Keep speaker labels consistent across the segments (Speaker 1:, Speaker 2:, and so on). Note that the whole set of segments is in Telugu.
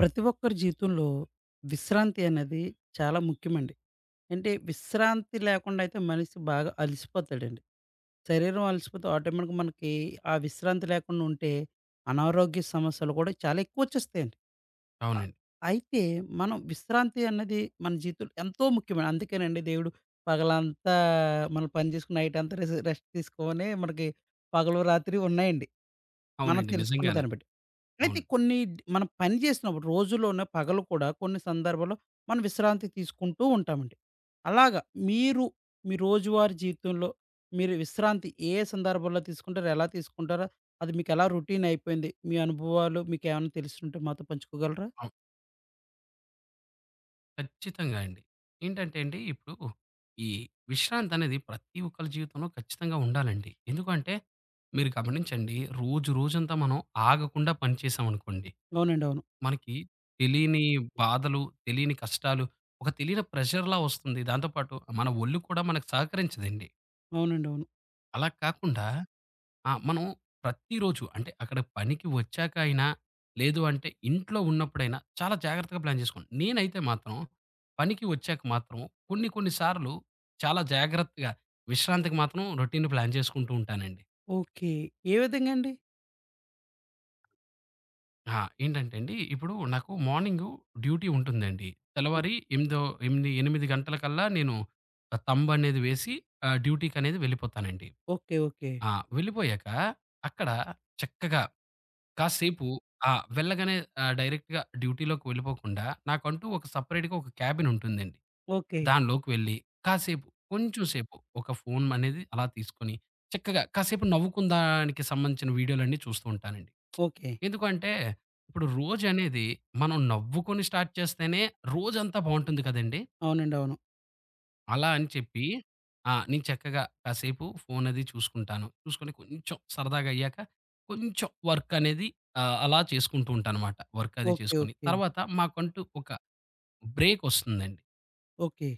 Speaker 1: ప్రతి ఒక్కరి జీవితంలో విశ్రాంతి అనేది చాలా ముఖ్యమండి. అంటే విశ్రాంతి లేకుండా అయితే మనిషి బాగా అలసిపోతాడండి. శరీరం అలసిపోతే ఆటోమేటిక్‌గా మనకి ఆ విశ్రాంతి లేకుండా ఉంటే అనారోగ్య సమస్యలు కూడా చాలా ఎక్కువొచ్చేస్తాయండి. అ
Speaker 2: అవునండి.
Speaker 1: అయితే మనం విశ్రాంతి అన్నది మన జీవితంలో ఎంతో ముఖ్యమైన అందుకేనండి దేవుడు పగలంతా మనం పని చేసుకుని నైట్ అంతా రెస్ట్ తీసుకొని మనకి పగలు, రాత్రి ఉన్నాయండి. మనం
Speaker 2: అవునండి.
Speaker 1: తెలుసుకున్న
Speaker 2: నిజంగానే.
Speaker 1: దాన్ని బట్టి. అయితే
Speaker 2: అవును.
Speaker 1: కొన్ని మనం పని చేసినప్పుడు రోజులోనే పగలు కూడా కొన్ని సందర్భాల్లో మనం విశ్రాంతి తీసుకుంటూ ఉంటామండి. అలాగా మీరు మీ రోజువారీ జీవితంలో మీరు విశ్రాంతి ఏ సందర్భంలో తీసుకుంటారు? ఎలా తీసుకుంటారో అది మీకెలా రొటీన్ అయిపోయింది? మీ అనుభవాలు మీకేమన్నా తెలిసుంటే మాతో పంచుకోగలరా?
Speaker 2: అవును. ఖచ్చితంగా అండి. ఏంటంటే అండి, ఇప్పుడు ఈ విశ్రాంతనేది ప్రతి ఒక్కళ్ళ జీవితంలో ఖచ్చితంగా ఉండాలండి. ఎందుకంటే మీరు గమనించండి, రోజు రోజంతా మనం ఆగకుండా పని చేశామనుకోండి,
Speaker 1: అవునండి. అవును.
Speaker 2: మనకి తెలియని బాధలు, తెలియని కష్టాలు, ఒక తెలియని ప్రెషర్‌లా వస్తుంది. దాంతో పాటు మన ఒళ్ళు కూడా మనకు సహకరించదండి.
Speaker 1: అవునండి. అవును.
Speaker 2: అలా కాకుండా మనం ప్రతిరోజు అంటే అక్కడ పనికి వచ్చాక అయినా, లేదు అంటే ఇంట్లో ఉన్నప్పుడైనా చాలా జాగ్రత్తగా ప్లాన్ చేసుకోండి. నేనైతే మాత్రం పనికి వచ్చాక మాత్రం కొన్ని కొన్ని సార్లు చాలా జాగ్రత్తగా విశ్రాంతికి మాత్రం రొటీన్ ప్లాన్ చేసుకుంటూ ఉంటానండి.
Speaker 1: ఓకే. ఏ విధంగా అండి?
Speaker 2: ఆ! ఏంటంటే అండి ఇప్పుడు నాకు మార్నింగు డ్యూటీ ఉంటుందండి.
Speaker 1: ఓక్
Speaker 2: తెల్లవారి ఎనిమిదో ఎనిమిది 8 గంటలకల్లా నేను థంబ్ అనేది వేసి డ్యూటీకనేది వెళ్ళిపోతానండి.
Speaker 1: Okay okay.
Speaker 2: ఆ! వెళ్ళిపోయాక అక్కడ చక్కగా కాసేపు ఆ! వెళ్ళగానే డైరెక్ట్‌గా డ్యూటీలోకి వెళ్ళిపోకుండా నాకంటూ ఒక సెపరేట్‌గా ఒక క్యాబిన్ ఉంటుందండి.
Speaker 1: ఓకే.
Speaker 2: దానిలోకి వెళ్ళి కాసేపు కొంచెం సేపు ఒక ఫోన్ అనేది అలా తీసుకొని చక్కగా కాసేపు నవ్వుకుందానికి సంబంధించిన వీడియోలన్నీ చూస్తూ ఉంటానండి.
Speaker 1: ఓకే.
Speaker 2: ఎందుకంటే ఇప్పుడు రోజనేది మనం నవ్వుకొని స్టార్ట్ చేస్తేనే రోజంతా బావుంటుంది కదండీ!
Speaker 1: అవునండి. అవును.
Speaker 2: అలా అని చెప్పి నేను చక్కగా కాసేపు ఫోన్ అది చూసుకుంటాను. చూసుకొని కొంచెం సరదాగా అయ్యాక కొంచెం వర్క్ అనేది అలా చేసుకుంటూ ఉంటానమాట. వర్క్ అది
Speaker 1: ఓకే.
Speaker 2: చేసుకొని.
Speaker 1: ఓకే.
Speaker 2: తర్వాత మాకంటూ ఒక బ్రేక్ వస్తుందండి.
Speaker 1: ఓకే.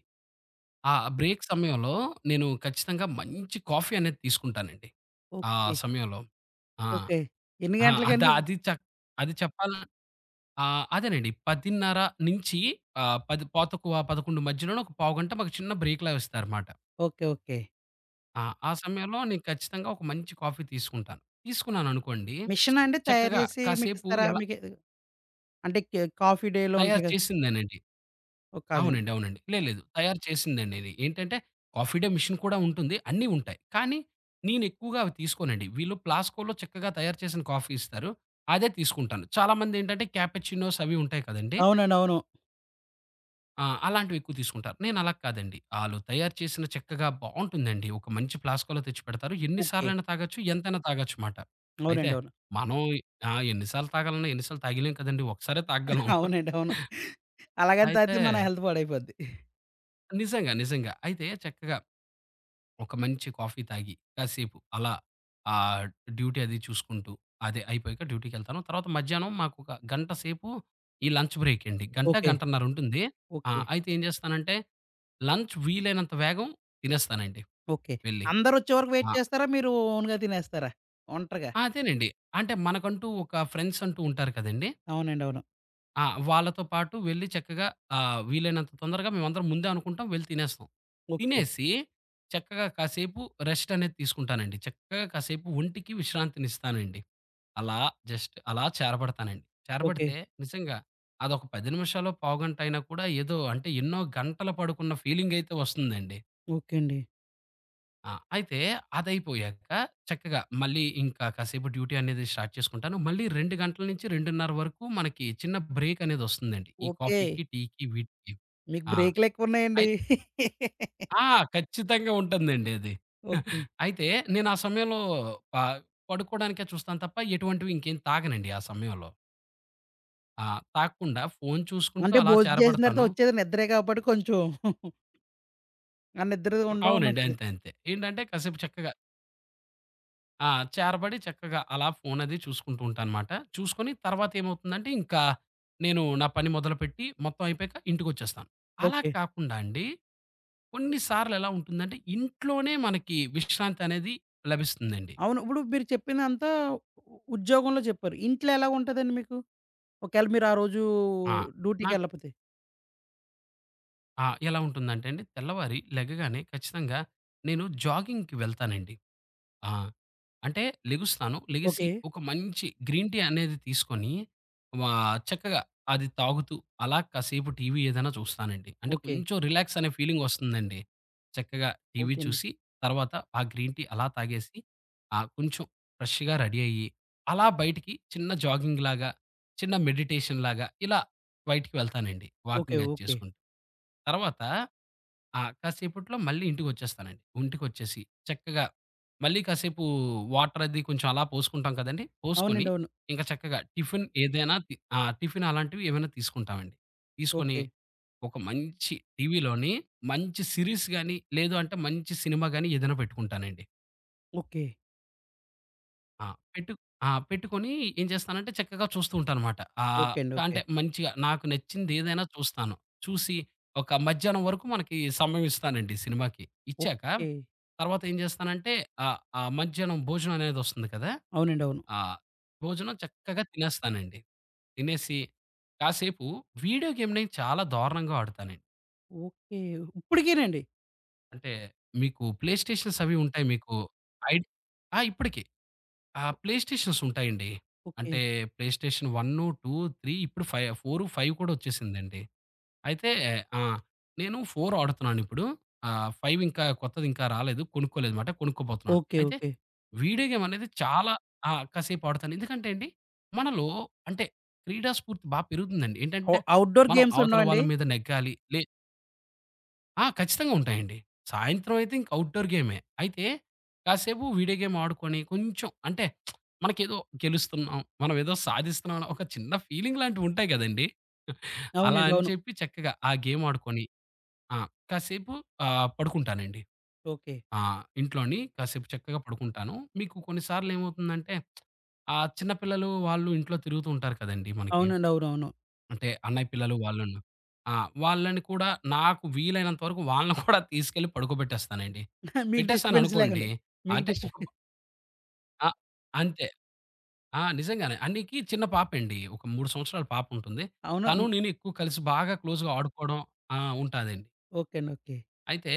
Speaker 2: ఆ బ్రేక్ సమయంలో నేను ఖచ్చితంగా మంచి కాఫీ అనేది తీసుకుంటానండి. ఆ
Speaker 1: ఓకే.
Speaker 2: సమయంలో. ఆ!
Speaker 1: ఓకే. ఎన్ని
Speaker 2: ఆ! అద
Speaker 1: గంటలకండి?
Speaker 2: అది చ అది చెప్పాల ఆహ్, అదేనండి 10:30 నుంచి 10 పాతకువ 11 మధ్యలోనే ఒక పావుగంట మాకు చిన్న బ్రేక్‌లా ఇస్తారమాట.
Speaker 1: ఓకే. ఓకే.
Speaker 2: ఆ! ఆ సమయంలో నేను ఖచ్చితంగా ఒక మంచి కాఫీ తీసుకుంటాను. తీసుకున్నాననుకోండి,
Speaker 1: మిషనా అండి? తయారు
Speaker 2: చక్కగా
Speaker 1: జేసి
Speaker 2: కాసేపు
Speaker 1: మీకిస్తారా?
Speaker 2: ఎలా
Speaker 1: మీకే అంటే కే కాఫీ డేలో
Speaker 2: తయారు
Speaker 1: ఉంటాయి గదా!
Speaker 2: చేసిందేనండి.
Speaker 1: ఓహ్! కాదండి.
Speaker 2: అవునండి. అవునండి. లేదు, లేదు. తయారు చేసిందండి ఇది. ఏంటంటే, కాఫీ డే మిషన్ కూడా ఉంటుంది. అన్నీ ఉంటాయి. కానీ నేనెక్కువగా అవి తీసుకోనండి. వీళ్ళు ప్లాస్కోలో చక్కగా తయారు చేసిన కాఫీ ఇస్తారు. అదే తీసుకుంటాను. చాలామందేంటంటే, క్యాపచినోస్ అవి ఉంటాయి కదండీ!
Speaker 1: అవునండి. అవును.
Speaker 2: అలాంటివి ఎక్కువ తీసుకుంటారు. నేను అలా కాదండి. ఆళ్ళు తయారు చేసిన చక్కగా బావుంటుందండి. ఒక మంచి ప్లాస్కోలో తెచ్చిపెడతారు. ఎన్ని
Speaker 1: ఓకే.
Speaker 2: సార్లైనా తాగొచ్చు, ఎంతైనా తాగొచ్చు మాట. అయితే
Speaker 1: అవునండి. అవును.
Speaker 2: మనం ఎన్ని సార్లు తాగాలన్నా, ఎన్ని సార్లు తాగలేం కదండీ! ఒకసారే తాగగలం.
Speaker 1: అవునండి. అవును. అలాగని
Speaker 2: అయితే
Speaker 1: తాగితే మన హెల్త్ పాడైపోద్ది.
Speaker 2: నిజంగా, నిజంగా. అయితే చక్కగా ఒక మంచి కాఫీ తాగి, కాసేపు అలా ఆహ్, డ్యూటీ అది చూసుకుంటూ, అదే అయిపోయాక డ్యూటీకెళ్తాను. తర్వాత మధ్యాహ్నం మాకొక గంట సేపు ఈ లంచ్ బ్రేక్ అండి. గంట,
Speaker 1: ఓకే.
Speaker 2: గంటన్నర ఉంటుంది.
Speaker 1: ఓకే.
Speaker 2: అయితే ఏం చేస్తానంటే, లంచ్ వీలైనంత వేగం తినేస్తానండి
Speaker 1: ఓకే.
Speaker 2: వెళ్ళి.
Speaker 1: అందరొచ్చే వరకు వెయిట్
Speaker 2: ఆ!
Speaker 1: చేస్తారా? మీరు ఓన్‌గా తినేస్తారా? ఒంటరిగా?
Speaker 2: ఆ, అదేనండి. అంటే మనకంటూ ఒక ఫ్రెండ్స్ అంటూ ఉంటారు కదండీ!
Speaker 1: అవునండి. అవును.
Speaker 2: వాళ్ళతో పాటు వెళ్లి చక్కగా వీలైనంత తొందరగా మేమందరం ముందే అనుకుంటాం. వెళ్లి తినేస్తాం.
Speaker 1: ఓకే.
Speaker 2: తినేసి చక్కగా కాసేపు రెస్ట్ అనేది తీసుకుంటానండి. చక్కగా కాసేపు ఒంటికి విశ్రాంతినిస్తానండి. అలా జస్ట్ అలా చేరబడతానండి.
Speaker 1: ఓకే.
Speaker 2: చేరబడితే నిజంగా అదొక 10 నిమిషాలో, పావుగంట అయినా కూడా ఏదో అంటే ఎన్నో గంటలు పడుకున్న ఫీలింగయితే వస్తుందండి.
Speaker 1: ఓకే అండి.
Speaker 2: అయితే అదయిపోయాక చక్కగా మళ్ళీ ఇంకా కాసేపు డ్యూటీ అనేది స్టార్ట్ చేసుకుంటాను. మళ్ళీ 2 గంటల నుంచి 2:30 వరకు మనకి చిన్న బ్రేక్ అనేదొస్తుందండి. ఈ
Speaker 1: ఓకే.
Speaker 2: కాఫీకి, టీకి వీటికి.
Speaker 1: మీకు
Speaker 2: ఆ!
Speaker 1: బ్రేకులెక్కువున్నాయండి.
Speaker 2: అయి ఆ! ఖచ్చితంగా ఉంటుందండి అది.
Speaker 1: ఓకే.
Speaker 2: అయితే నేను ఆ సమయంలో ప పడుకోవడానికే చూస్తాను తప్ప ఎటువంటివి ఇంకేం తాగనండి ఆ సమయంలో. ఆ! తాగకుండా ఫోను చూసుకుంటూ
Speaker 1: అంటే
Speaker 2: అలా
Speaker 1: భోజనం చేసిన తర్వాత
Speaker 2: చేరబడతాను.
Speaker 1: వచ్చేది నిద్రే కాబట్టి కొంచెం ఆ నిద్ర ఉండడం
Speaker 2: అవునండి.
Speaker 1: మంచిది.
Speaker 2: అంతే. అంతే. ఏంటంటే కాసేపు చక్కగా ఆ! చేరబడి చక్కగా అలా ఫోన్ అది చూసుకుంటూ ఉంటానమాట. చూసుకొని తర్వాత ఏమవుతుందంటే ఇంకా నేను నా పని మొదలుపెట్టి మొత్తం అయిపోయాక ఇంటికొచ్చేస్తాను. అలా
Speaker 1: ఓకే.
Speaker 2: కాకుండా అండి కొన్ని సార్లు ఎలా ఉంటుందంటే ఇంట్లోనే మనకి విశ్రాంతి అనేది లభిస్తుందండి.
Speaker 1: అవును. ఇప్పుడు మీరు చెప్పిందంతా ఉద్యోగంలో చెప్పారు. ఇంట్లో ఎలాగుంటదండి మీకు? ఒకవేళ మీరు ఆ రోజు
Speaker 2: ఆ! నాకు
Speaker 1: డ్యూటీకెళ్ళకపోతే?
Speaker 2: ఎలా ఉంటుందంటే అండి తెల్లవారి లెగగానే ఖచ్చితంగా నేను జాగింగ్‌కి వెళ్తానండి. ఆ! అంటే లెగుస్తాను. లెగిసి
Speaker 1: ఓకే.
Speaker 2: ఒక మంచి గ్రీన్ టీ అనేది తీసుకొని వా చక్కగా అది తాగుతూ అలా కాసేపు టీవీ ఏదైనా చూస్తానండి. అంటే
Speaker 1: ఓకే.
Speaker 2: కొంచెం రిలాక్స్ అనే ఫీలింగ్ వస్తుందండి. చక్కగా టీవీ
Speaker 1: ఓకే అండి.
Speaker 2: చూసి తర్వాత ఆ గ్రీన్ టీ అలా తాగేసి కొంచెం ఫ్రెష్‌గా రెడీ అయ్యి అలా బయటికి చిన్న జాగింగ్ లాగా, చిన్న మెడిటేషన్ లాగా ఇలా బయటికి వెళ్తానండి
Speaker 1: ఓకే.
Speaker 2: వాకింగ్ అది
Speaker 1: ఓకే.
Speaker 2: చేసుకుంటూ. తర్వాత కాసేపట్లో మళ్ళీ ఇంటికొచ్చేస్తానండి. ఇంటికొచ్చేసి చక్కగా మళ్ళీ కాసేపు వాటర్ అది కొంచెం అలా పోసుకుంటాం కదండీ! పోసుకొని
Speaker 1: అవునండి. అవును.
Speaker 2: ఇంకా చక్కగా టిఫిన్ ఏదైనా తి ఆ! టిఫిన్ అలాంటివి ఏమైనా తీసుకుంటామండి. తీసుకొని
Speaker 1: ఓకే.
Speaker 2: ఒక మంచి టీవీలోని మంచి సీరీస్ గాని, లేదు అంటే మంచి సినిమా గాని ఏదైనా పెట్టుకుంటానండి.
Speaker 1: ఓకే.
Speaker 2: ఆ! పెట్టు ఆ! పెట్టుకొని ఏం చేస్తానంటే చక్కగా చూస్తూ ఉంటానన్నమాట. ఆహ్,
Speaker 1: ఓకే అండి. ఓకే.
Speaker 2: అంటే మంచిగా నాకు నచ్చిందేదైనా చూస్తాను. చూసి ఒక మధ్యాహ్నం వరకు మనకి సమయం ఇస్తానండి సినిమాకి. ఇచ్చాక
Speaker 1: ఓకే.
Speaker 2: తర్వాత ఏం చేస్తానంటే ఆ మధ్యాహ్నం భోజనం అనేదొస్తుంది కదా!
Speaker 1: అవునండి. అవును.
Speaker 2: ఆ భోజనం చక్కగా తినేస్తానండి. తినేసి కాసేపు వీడియో గేమ్‌ని చాలా దారుణంగా ఆడుతానండి.
Speaker 1: ఓకే. ఇప్పటికేనండి?
Speaker 2: అంటే మీకు ప్లే స్టేషన్స్ అవి ఉంటాయి మీకు ఐడి ఆ! ఇప్పటికి.
Speaker 1: ఓ
Speaker 2: ప్లే స్టేషన్స్ ఉంటాయండి.
Speaker 1: ఓకే.
Speaker 2: అంటే ప్లే స్టేషన్ 1, 2, 3 ఇప్పుడు ఫై 4, 5 కూడా వచ్చేసిందండి. అయితే ఆ! నేను 4 ఆడుతున్నానిప్పుడు. 5 ఇంకా కొత్తది ఇంకా రాలేదు. కొనుక్కోలేదమాట. కొనుక్కోబోతున్నాను.
Speaker 1: ఓకే.
Speaker 2: అయితే
Speaker 1: ఓకే.
Speaker 2: వీడియో గేమ్ అనేది చాలా కాసేపు ఆడుతాను. ఎందుకంటే అండి, మనలో అంటే క్రీడా స్ఫూర్తి పెరుగుతుందండి.
Speaker 1: ఔ
Speaker 2: ఏంటంటే,
Speaker 1: ఔట్‌డోర్
Speaker 2: మనం
Speaker 1: గేమ్స్
Speaker 2: అవతల వాళ్ళ
Speaker 1: ఉండవండి?
Speaker 2: మీద నెగ్గాలి. లే ఆ! ఖచ్చితంగా ఉంటాయండి. సాయంత్రం అయితే ఇంక ఔట్‌డోర్ గేమే. అయితే కాసేపు వీడియో గేమ్ ఆడుకొని కొంచెం అంటే మనకేదో గెలుస్తున్నాం, మనం ఏదో సాధిస్తున్నాం అన్న ఒక చిన్న ఫీలింగ్ లాంటివి ఉంటాయి గదండీ! అలా
Speaker 1: అవునండి.
Speaker 2: అని
Speaker 1: అవును.
Speaker 2: చెప్పి చక్కగా ఆ గేమ్ ఆడుకొని ఆ! కాసేపు పడుకుంటానండి.
Speaker 1: ఓకే.
Speaker 2: ఆ! ఇంట్లోని కాసేపు చక్కగా పడుకుంటాను. మీకు కొన్ని సార్లు ఏమవుతుందంటే ఆ చిన్న పిల్లలు వాళ్ళు ఇంట్లో తిరుగుతూ ఉంటారు కదండీ మనకి.
Speaker 1: అవునండి. అవునవును.
Speaker 2: అంటే అన్నయ్య పిల్లలు వాళ్ళును. ఆ! వాళ్ళని కూడా నాకు వీలైనంత వరకు వాళ్ళని కూడా తీసుకెళ్ళి పడుకోబెట్టేస్తానండి.
Speaker 1: మీకు డిస్టర్బెన్స్
Speaker 2: పెట్టేసాననుకోండి
Speaker 1: లేకుండా. మీకు
Speaker 2: అంటే ఒక
Speaker 1: డిస్టర్బ్
Speaker 2: ఆ! అంతే. నిజంగానే. అన్నికి చిన్న పాపండి. ఒక 3 సంవత్సరాల పాపుంటుంది.
Speaker 1: అవును.
Speaker 2: తను నేను ఎక్కువ కలిసి బాగా క్లోజ్‌గా ఆడుకోవడం ఆ! ఉంటాదండి.
Speaker 1: ఓకే అండి. ఓకే.
Speaker 2: అయితే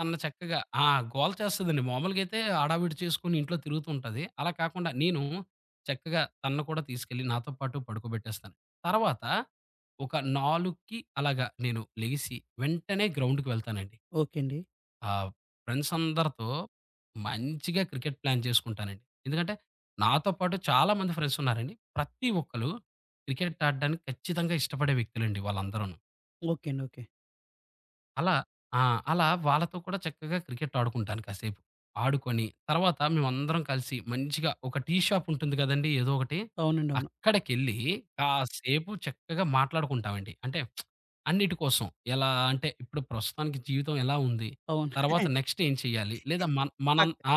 Speaker 2: తను చక్కగా గోల చేస్తదండి. మామూలుగా అయితే హడావిడి చేసుకొని ఇంట్లో తిరుగుతూ ఉంటది. అలా కాకుండా నేను చక్కగా తనను కూడా తీసుకెళ్ళి నాతో పాటు పడుకోబెట్టేస్తాను. తర్వాత ఒక 4కి అలాగా నేను లెగిసి వెంటనే గ్రౌండ్‌కి వెళ్తానండి.
Speaker 1: ఓకే అండి.
Speaker 2: ఆహ్, ఫ్రెండ్స్ అందరితో మంచిగా క్రికెట్ ప్లాన్ చేసుకుంటానండి. ఎందుకంటే నాతో పాటు చాలామంది ఫ్రెండ్స్ ఉన్నారండి. ప్రతి ఒక్కళ్ళు క్రికెట్ ఆడడానికి ఖచ్చితంగా ఇష్టపడే వ్యక్తులండి వాళ్ళందరూను.
Speaker 1: ఓకే అండి. ఓకే.
Speaker 2: అలా ఆ! అలా వాళ్ళతో కూడా చక్కగా క్రికెట్ ఆడుకుంటాను కాసేపు. ఆడుకొని తర్వాత మేమందరం కలిసి మంచిగా ఒక టీ షాప్ ఉంటుంది కదండీ! ఏదో ఒకటి.
Speaker 1: అవునండి. అవును.
Speaker 2: అక్కడికెళ్ళి కాసేపు చక్కగా మాట్లాడుకుంటామండి. అంటే అన్నిటి కోసం. ఎలా అంటే ఇప్పుడు ప్రస్తుతానికి జీవితం ఎలా ఉంది?
Speaker 1: అవును.
Speaker 2: తర్వాత నెక్స్ట్ ఏం చేయాలి? లేదా మనం
Speaker 1: పక్
Speaker 2: ఆ!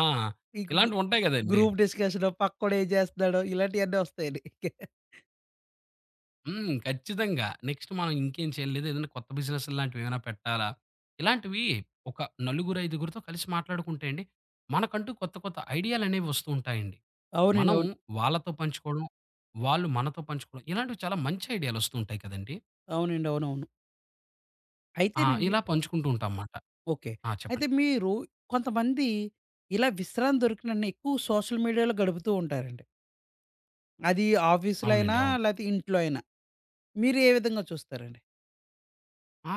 Speaker 1: ఈ గు
Speaker 2: ఇలాంటివి ఉంటాయి కదండీ!
Speaker 1: గ్రూప్ డిస్కషను, పక్కోడు ఏం చేస్తున్నాడో ఇలాంటియన్నీ వస్తాయండి.
Speaker 2: హ్మ్. ఖచ్చితంగా. నెక్స్ట్ మనం ఇంకేం చేయలేదు. ఏదైనా కొత్త బిజినెస్ లాంటివి ఏమైనా పెట్టాలా? ఇలాంటివి ఒక నలుగురు, ఐదుగురితో కలిసి మాట్లాడుకుంటే అండి, మనకంటూ కొత్త, కొత్త ఐడియాలనేవి వస్తూ ఉంటాయండి.
Speaker 1: అవునండి.
Speaker 2: మనం
Speaker 1: అవును.
Speaker 2: వాళ్ళతో పంచుకోవడం, వాళ్ళు మనతో పంచుకోవడం, ఇలాంటివి చాలా మంచి ఐడియాలొస్తూ ఉంటాయి కదండీ!
Speaker 1: అవునండి. అవునవును. అయితేనండి
Speaker 2: ఇలా పంచుకుంటూ ఉంటాం మాట.
Speaker 1: ఓకే. అయితే
Speaker 2: చెప్పండి.
Speaker 1: మీరు కొంతమంది ఇలా విశ్రాంతి దొరికినన్ని ఎక్కువ సోషల్ మీడియాలో గడుపుతూ ఉంటారండి. అది ఆఫీస్‌లో అయినా,
Speaker 2: అవునండి. అవును.
Speaker 1: లేతే ఇంట్లో అయినా. మీరు ఏ విధంగా చూస్తారండి?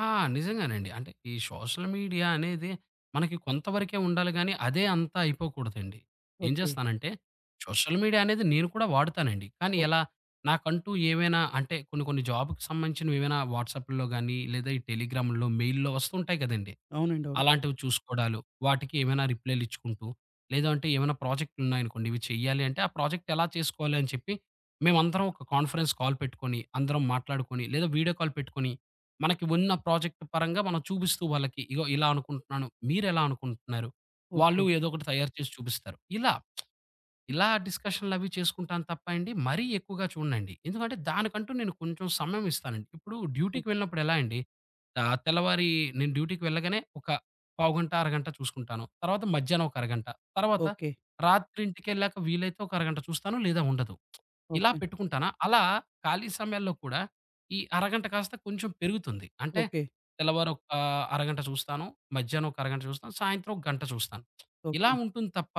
Speaker 2: ఆ! నిజంగానండి. అంటే ఈ సోషల్ మీడియా అనేది మనకి కొంతవరకే ఉండాలి గానీ, అదే అంతా అయిపోకూడదండి. ఏం
Speaker 1: ఓకే.
Speaker 2: చేస్తానంటే, సోషల్ మీడియా అనేది నేను కూడా వాడుతానండి. కానీ
Speaker 1: ఓహ్!
Speaker 2: ఎలా నాకంటూ ఏవైనా అంటే కొన్ని కొన్ని జాబ్‌కి సంబంధించినవి ఏవైనా వాట్సాప్‌ల్లో గానీ, లేదా ఈ టెలిగ్రామ్‌ల్లో, మెయిల్‌లో వస్తుంటాయి కదండీ!
Speaker 1: అవునండి. అవును.
Speaker 2: అలాంటివి చూసుకోవడాలు. వాటికి ఏమైనా రిప్లైలిచ్చుకుంటూ, లేదు అంటే ఏమైనా ప్రాజెక్టులున్నాయనుకోండి, ఇవి చెయ్యాలి అంటే ఆ ప్రాజెక్ట్ ఎలా చేసుకోవాలి అని చెప్పి, మేమందరం ఒక కాన్ఫరెన్స్ కాల్ పెట్టుకొని, అందరం మాట్లాడుకొని, లేదా వీడియో కాల్ పెట్టుకొని, మనకి ఉన్న ప్రాజెక్ట్ పరంగా మనం చూపిస్తూ వాళ్ళకి, ఇగో ఇలా అనుకుంటున్నాను, మీరెలా అనుకుంటున్నారు? వాళ్ళు
Speaker 1: ఓకే.
Speaker 2: ఏదో ఒకటి తయారు చేసి చూపిస్తారు. ఇలా ఇలా డిస్కషన్‌లవి చేసుకుంటాను తప్ప అండి, మరీ ఎక్కువగా చూడనండి. ఎందుకంటే దానికంటూ నేను కొంచెం సమయం ఇస్తానండి. ఇప్పుడు
Speaker 1: ఓహ్!
Speaker 2: డ్యూటీకి వెళ్ళినప్పుడు ఎలా అండి, తెల్లవారి నేను డ్యూటీకి వెళ్ళగానే ఒక పావుగంట, అరగంట చూసుకుంటాను. తర్వాత మధ్యాహ్నం ఒక అరగంట. తర్వాత
Speaker 1: ఓకే.
Speaker 2: రాత్రి ఇంటికెళ్ళాక వీలైతే ఒక అరగంట చూస్తాను లేదా ఉండదు. ఇలా
Speaker 1: ఓకే.
Speaker 2: పెట్టుకుంటానా, అలా ఖాళీ సమయాల్లో కూడా ఈ అరగంట కాస్త కొంచెం పెరుగుతుంది. అంటే
Speaker 1: ఓకే.
Speaker 2: తెల్లవారు ఒక అరగంట చూస్తాను, మధ్యాహ్నం ఒక అరగంట చూస్తాను, సాయంత్రం ఒక గంట చూస్తాను. ఇలా
Speaker 1: ఓకే.
Speaker 2: ఉంటుంది తప్ప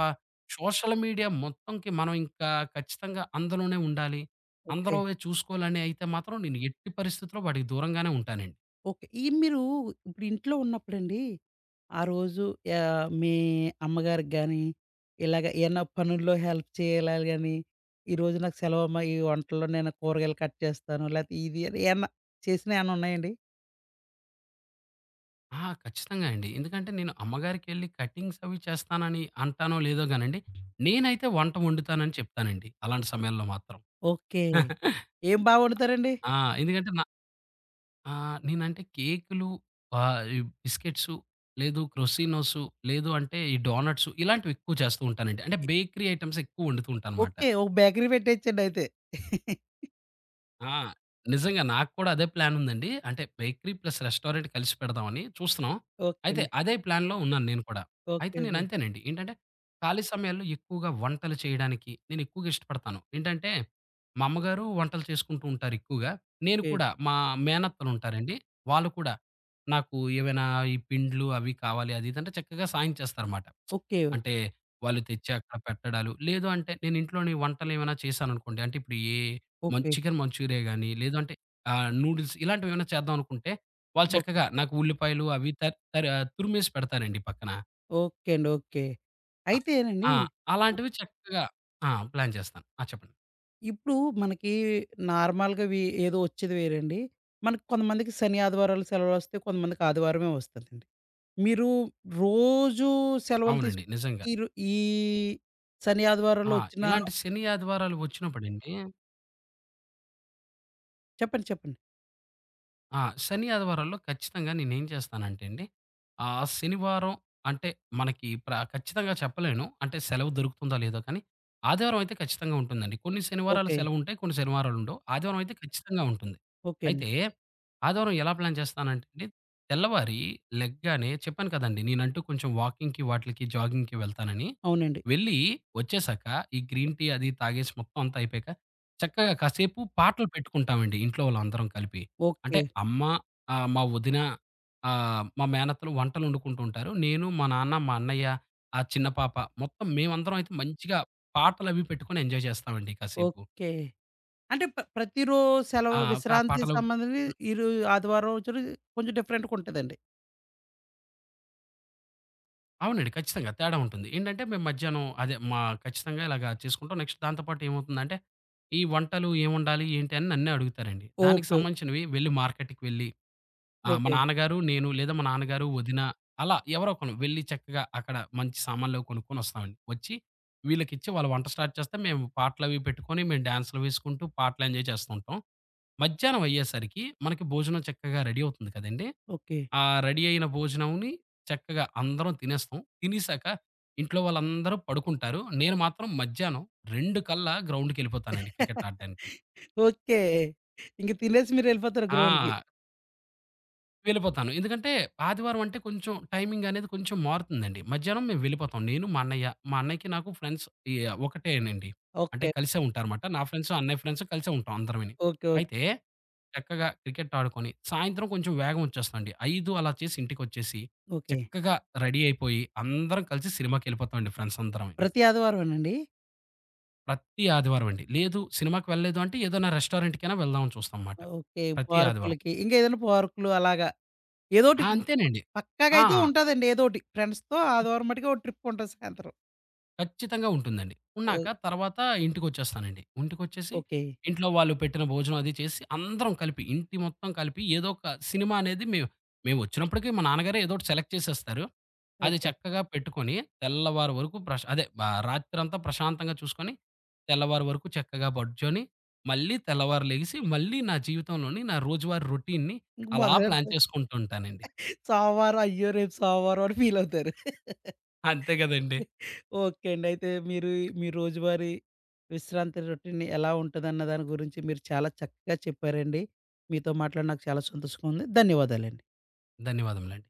Speaker 2: సోషల్ మీడియా మొత్తంకి మనం ఇంకా ఖచ్చితంగా అందులోనే ఉండాలి.
Speaker 1: ఓకే.
Speaker 2: అందులోవే చూసుకోవాలని అయితే మాత్రం నేను ఎట్టి పరిస్థితిలో వాటికి దూరంగానే ఉంటానండి.
Speaker 1: ఓకే. ఈ మీరు ఇప్పుడు ఇంట్లో ఉన్నప్పుడండి, ఆ రోజు ఆహ్, మీ అమ్మగారికి గాని, ఇలాగ ఏమన్నా పనుల్లో హెల్ప్ చేయాలని గాని, "ఈరోజు నాకు సెలవమ్మ, ఈ వంటల్లో నేను కూరగాయలు కట్ చేస్తాను." లేతే ఇది అని ఏమన్నా చేసినయి ఏమన్నా ఉన్నాయండి?
Speaker 2: ఖచ్చితంగా అండి. ఎందుకంటే నేను అమ్మగారికెళ్ళి కటింగ్స్ అవి చేస్తానని అంటానో లేదో గానండి, నేనైతే వంట వండుతానని చెప్తానండి. అలాంటి సమయాల్లో మాత్రం.
Speaker 1: ఓకే. ఏం బా వండుతారండి?
Speaker 2: ఆ! ఎందుకంటే నా నేనంటే కేకులు ఆహ్, ఈ బిస్కెట్సు, లేదు క్రోసినోసు, లేదు అంటే ఈ డోనట్సు ఇలాంటివి ఎక్కువ చేస్తూ ఉంటానండి. అంటే
Speaker 1: ఇ
Speaker 2: బేకరీ ఐటెమ్స్ ఎక్కువ వండుతూ ఉంటానమాట.
Speaker 1: ఓకే. ఒక బేకరీ పెట్టేయొచ్చండి అయితే.
Speaker 2: ఆ! నిజంగా నాకు కూడా అదే ప్లాన్ ఉందండి. అంటే బేకరీ ప్లస్ రెస్టారెంట్ కలిసి పెడదామని చూస్తున్నాం.
Speaker 1: ఓకే
Speaker 2: అయితే
Speaker 1: అండి.
Speaker 2: అదే ప్లాన్‌లో ఉన్నాను నేను కూడా. అయితే
Speaker 1: ఓకే.
Speaker 2: నేను
Speaker 1: ఓకే.
Speaker 2: అంతేనండి. ఏంటంటే ఖాళీ సమయాల్లో ఎక్కువగా వంటలు చేయడానికి నేను ఎక్కువగా ఇష్టపడతాను. ఏంటంటే మా అమ్మగారు వంటలు చేసుకుంటూ ఉంటారు ఎక్కువగా. నేను
Speaker 1: ఓకే.
Speaker 2: కూడా మా మేనత్తలు ఉంటారండి. వాళ్ళు కూడా నాకు ఏవైనా ఈ పిండ్లు అవి కావాలి అది ఇది అంటే చక్కగా సాయం చేస్తారన్నమాట.
Speaker 1: ఓకే.
Speaker 2: అంటే వాళ్ళు తెచ్చి అక్కడ పెట్టడాలు లేదు అంటే నేను ఇంట్లోని వంటలు ఏమైనా చేశాననుకోండి అంటే ఇప్పుడు ఏ మం
Speaker 1: ఓకే.
Speaker 2: చికెన్ మంచూరియా గాని, లేదంటే నూడిల్స్ ఇలాంటివేమైనా చేద్దాం అనుకుంటే, వాళ్ళు
Speaker 1: ఓకే.
Speaker 2: చక్కగా నాకు ఉల్లిపాయలు అవి తర్ తర్ తురిమేసి పెడతారండి పక్కన.
Speaker 1: ఓకే అండి. ఓకే.
Speaker 2: అ ఆ!
Speaker 1: అయితేనండి
Speaker 2: అలాంటివి చక్కగా ప్లాన్ చేస్తాను. చెప్పండి.
Speaker 1: ఇప్పుడు మనకి నార్మల్‌గా ఏదో వచ్చేది వేరండి. మనకు కొంతమందికి శని, ఆదివారాలు సెలవులొస్తాయి. కొంతమందికి ఆదివారమే వస్తదండి. మీరు రోజు సెలవులు
Speaker 2: అవునండి.
Speaker 1: తీసుకోవడానికి
Speaker 2: నిజంగా.
Speaker 1: ఈరు ఈ శని,
Speaker 2: ఆ!
Speaker 1: ఆదివారాల్లో వచ్చిన
Speaker 2: ఇలాంటి శని, ఆదివారాలు వచ్చినప్పుడండి
Speaker 1: చెప్పండి. చెప్పండి.
Speaker 2: శని, ఆదివారాల్లో ఖచ్చితంగా నేనేం చేస్తానంటే అండి, శనివారం అంటే మనకి ఖచ్చితంగా చెప్పలేను. అంటే సెలవు దొరుకుతుందా లేదో కానీ, ఆదివారం అయితే ఖచ్చితంగా ఉంటుందండి. కొన్ని శనివారాలు
Speaker 1: ఓకే.
Speaker 2: సెలవుంటాయి. కొన్ని శనివారాలు ఉండవు. ఆదివారం అయితే ఖచ్చితంగా ఉంటుంది.
Speaker 1: ఓకే అండి.
Speaker 2: అయితే ఆదివారం ఎలా ప్లాన్ చేస్తానంటే అండి, తెల్లవారి లెగ్గానే చెప్పాను కదండీ! నేనంటూ కొంచెం వాకింగ్‌కి, వాటిలకి, జాగింగ్‌కి వెళ్తానని.
Speaker 1: అవునండి.
Speaker 2: వెళ్ళి వచ్చేసాక ఈ గ్రీన్ టీ అది తాగేసి మొత్తం అంతా అయిపోయాక, చక్కగా కాసేపు పాటలు పెట్టుకుంటామండి ఇంట్లో వాళ్ళందరం కలిపి. అంటే
Speaker 1: ఓకే.
Speaker 2: అమ్మ, మా వదిన, మా మేనత్తలు వంటలు వండుకుంటూ ఉంటారు. నేను, మా నాన్న, మా అన్నయ్య, ఆ చిన్న పాప మొత్తం మేమందరం అయితే మంచిగా పాటలవి పెట్టుకొని ఎంజాయ్ చేస్తామండి కాసేపు.
Speaker 1: ఓకే. అంటే ప్రతిరోజు
Speaker 2: ఆ!
Speaker 1: సెలవు
Speaker 2: కా
Speaker 1: విశ్రాంతి
Speaker 2: పాటలు
Speaker 1: సంబంధించి
Speaker 2: హ్మ్.
Speaker 1: ఈరు ఆదివారం వచ్చుడు కొంచెం డిఫరెంట్‌గా ఉంటదండి.
Speaker 2: అవునండి. ఖచ్చితంగా తేడా ఉంటుంది. ఏంటంటే మేము మధ్యాహ్నం అదే మా ఖచ్చితంగా ఇలాగ చేసుకుంటాం. నెక్స్ట్ దాంతో పాటు ఏమవుతుందంటే, ఈ వంటలు ఏం వండాలి? ఏంటి? అని నన్నే అడుగుతారండి. దానికి
Speaker 1: ఓకే.
Speaker 2: సంబంధించినవి మార్కెట్‌కి వెళ్లి మా
Speaker 1: ఓకే.
Speaker 2: నాన్నగారు, నేను లేదా మా నాన్నగారు, వదిన అలా ఎవరో ఒకళ్ళం వెళ్లి చక్కగా అక్కడ మంచి సామాన్లు అవి కొనుక్కొని వస్తామండి. వచ్చి వీళ్ళకిచ్చి వాళ్ళు వంట స్టార్ట్ చేస్తే మేము పాటలవి పెట్టుకొని మేము డాన్స్‌లు వేసుకుంటూ పాటలు ఎంజాయ్ చేస్తూ ఉంటాం. మధ్యాహ్నం అయ్యేసరికి మనకి భోజనం చక్కగా రెడీ అవుతుంది కదండీ!
Speaker 1: ఓకే.
Speaker 2: ఆ రెడీ అయిన భోజనంని చక్కగా అందరం తినేస్తాం. తినేసాక ఇంట్లో వాళ్ళందరూ పడుకుంటారు. నేను మాత్రం మధ్యాహ్నం 2 కల్లా గ్రౌండ్‌కెళ్ళిపోతానండి క్రికెట్ ఆడడానికి.
Speaker 1: ఓకే. ఇంక తినేసి మీరెళ్ళిపోతారు గ్రౌండ్‌కి.
Speaker 2: ఆ! వెళ్ళిపోతాను. ఎందుకంటే ఆదివారం అంటే కొంచెం టైమింగ్ అనేది కొంచెం మారుతుందండి. మధ్యాహ్నం మేము వెళ్ళిపోతాం. నేను, మా అన్నయ్య. మా అన్నయ్యకి నాకు ఫ్రెండ్స్ ఈ ఒకటేనండి. అంటే
Speaker 1: ఓకే.
Speaker 2: కలిసే ఉంటారమాట. నా ఫ్రెండ్స్, అన్నయ్య ఫ్రెండ్స్ కలిసే ఉంటాం అందరమని.
Speaker 1: ఓకే.
Speaker 2: అయితే
Speaker 1: ఓకే.
Speaker 2: చక్కగా క్రికెట్ ఆడుకొని సాయంత్రం కొంచెం వేగం వచ్చేస్తామండి. 5 అలా చేసి ఇంటికొచ్చేసి
Speaker 1: ఓకే.
Speaker 2: చక్కగా రెడీ అయిపోయి అందరం కలిసి సినిమాకెళ్ళిపోతామండి ఫ్రెండ్స్ అందరమని.
Speaker 1: ప్రతి ఆదివారమేనండి?
Speaker 2: ప్రతి ఆదివారం అండి. లేదు సినిమాకి వెళ్ళలేదు అంటే ఏదైనా రెస్టారెంట్‌కైనా వెళ్దామని చూస్తాంమాట.
Speaker 1: ఓకే.
Speaker 2: ప్రతి ఆదివారం.
Speaker 1: పార్కులకి ఇంకేదైనా పార్కులు అలాగా ఏదోటి
Speaker 2: అంతేనండి.
Speaker 1: పక్కాగా
Speaker 2: ఆ!
Speaker 1: అయితే ఉంటాదండి ఏదోటి. ఫ్రెండ్స్‌తో ఆదివారం మటుకు ఓ ట్రిప్ ఉంటది సాయంత్రం.
Speaker 2: ఖచ్చితంగా ఉంటుందండి. ఉన్నాక
Speaker 1: ఓ
Speaker 2: తర్వాత ఇంటికొచ్చేస్తానండి. ఇంటికొచ్చేసి
Speaker 1: ఓకే.
Speaker 2: ఇంట్లో వాళ్ళు పెట్టిన భోజనం అది చేసి అందరం కలిపి, ఇంటి మొత్తం కలిపి ఏదో ఒక సినిమా అనేది మేమొచ్చినప్పటికి మా నాన్నగారే ఏదో ఒకటి సెలెక్ట్ చేసేస్తారు. అది
Speaker 1: ఓకే.
Speaker 2: చక్కగా పెట్టుకొని తెల్లవారి వరకు ప్రశ్ అదే ఆహ్, రాత్రంతా ప్రశాంతంగా చూసుకొని, తెల్లవారి వరకు చక్కగా పడుచొని, మళ్ళీ తెల్లవారు లెగిసి, మళ్ళీ నా జీవితంలోని నా రోజువారీ రొటీన్‌ని
Speaker 1: ఇంక
Speaker 2: అలా ప్లాన్
Speaker 1: మొదలెడతారు.
Speaker 2: చేసుకుంటూ ఉంటానండి.
Speaker 1: సోమవారం అయ్యో! రేపు సోమవారం అని ఫీలవుతారు.
Speaker 2: అంతే గదండీ!
Speaker 1: ఓకే అండి. అయితే మీరు మీ రోజువారీ విశ్రాంతి రొటీన్ ఎలా ఉంటదన్న దాని గురించి మీరు చాలా చక్కగా చెప్పారండి. మీతో మాట్లాడి నాకు చాలా సంతోషంగా ఉంది. ధన్యవాదాలండి.
Speaker 2: ధన్యవాదములండి.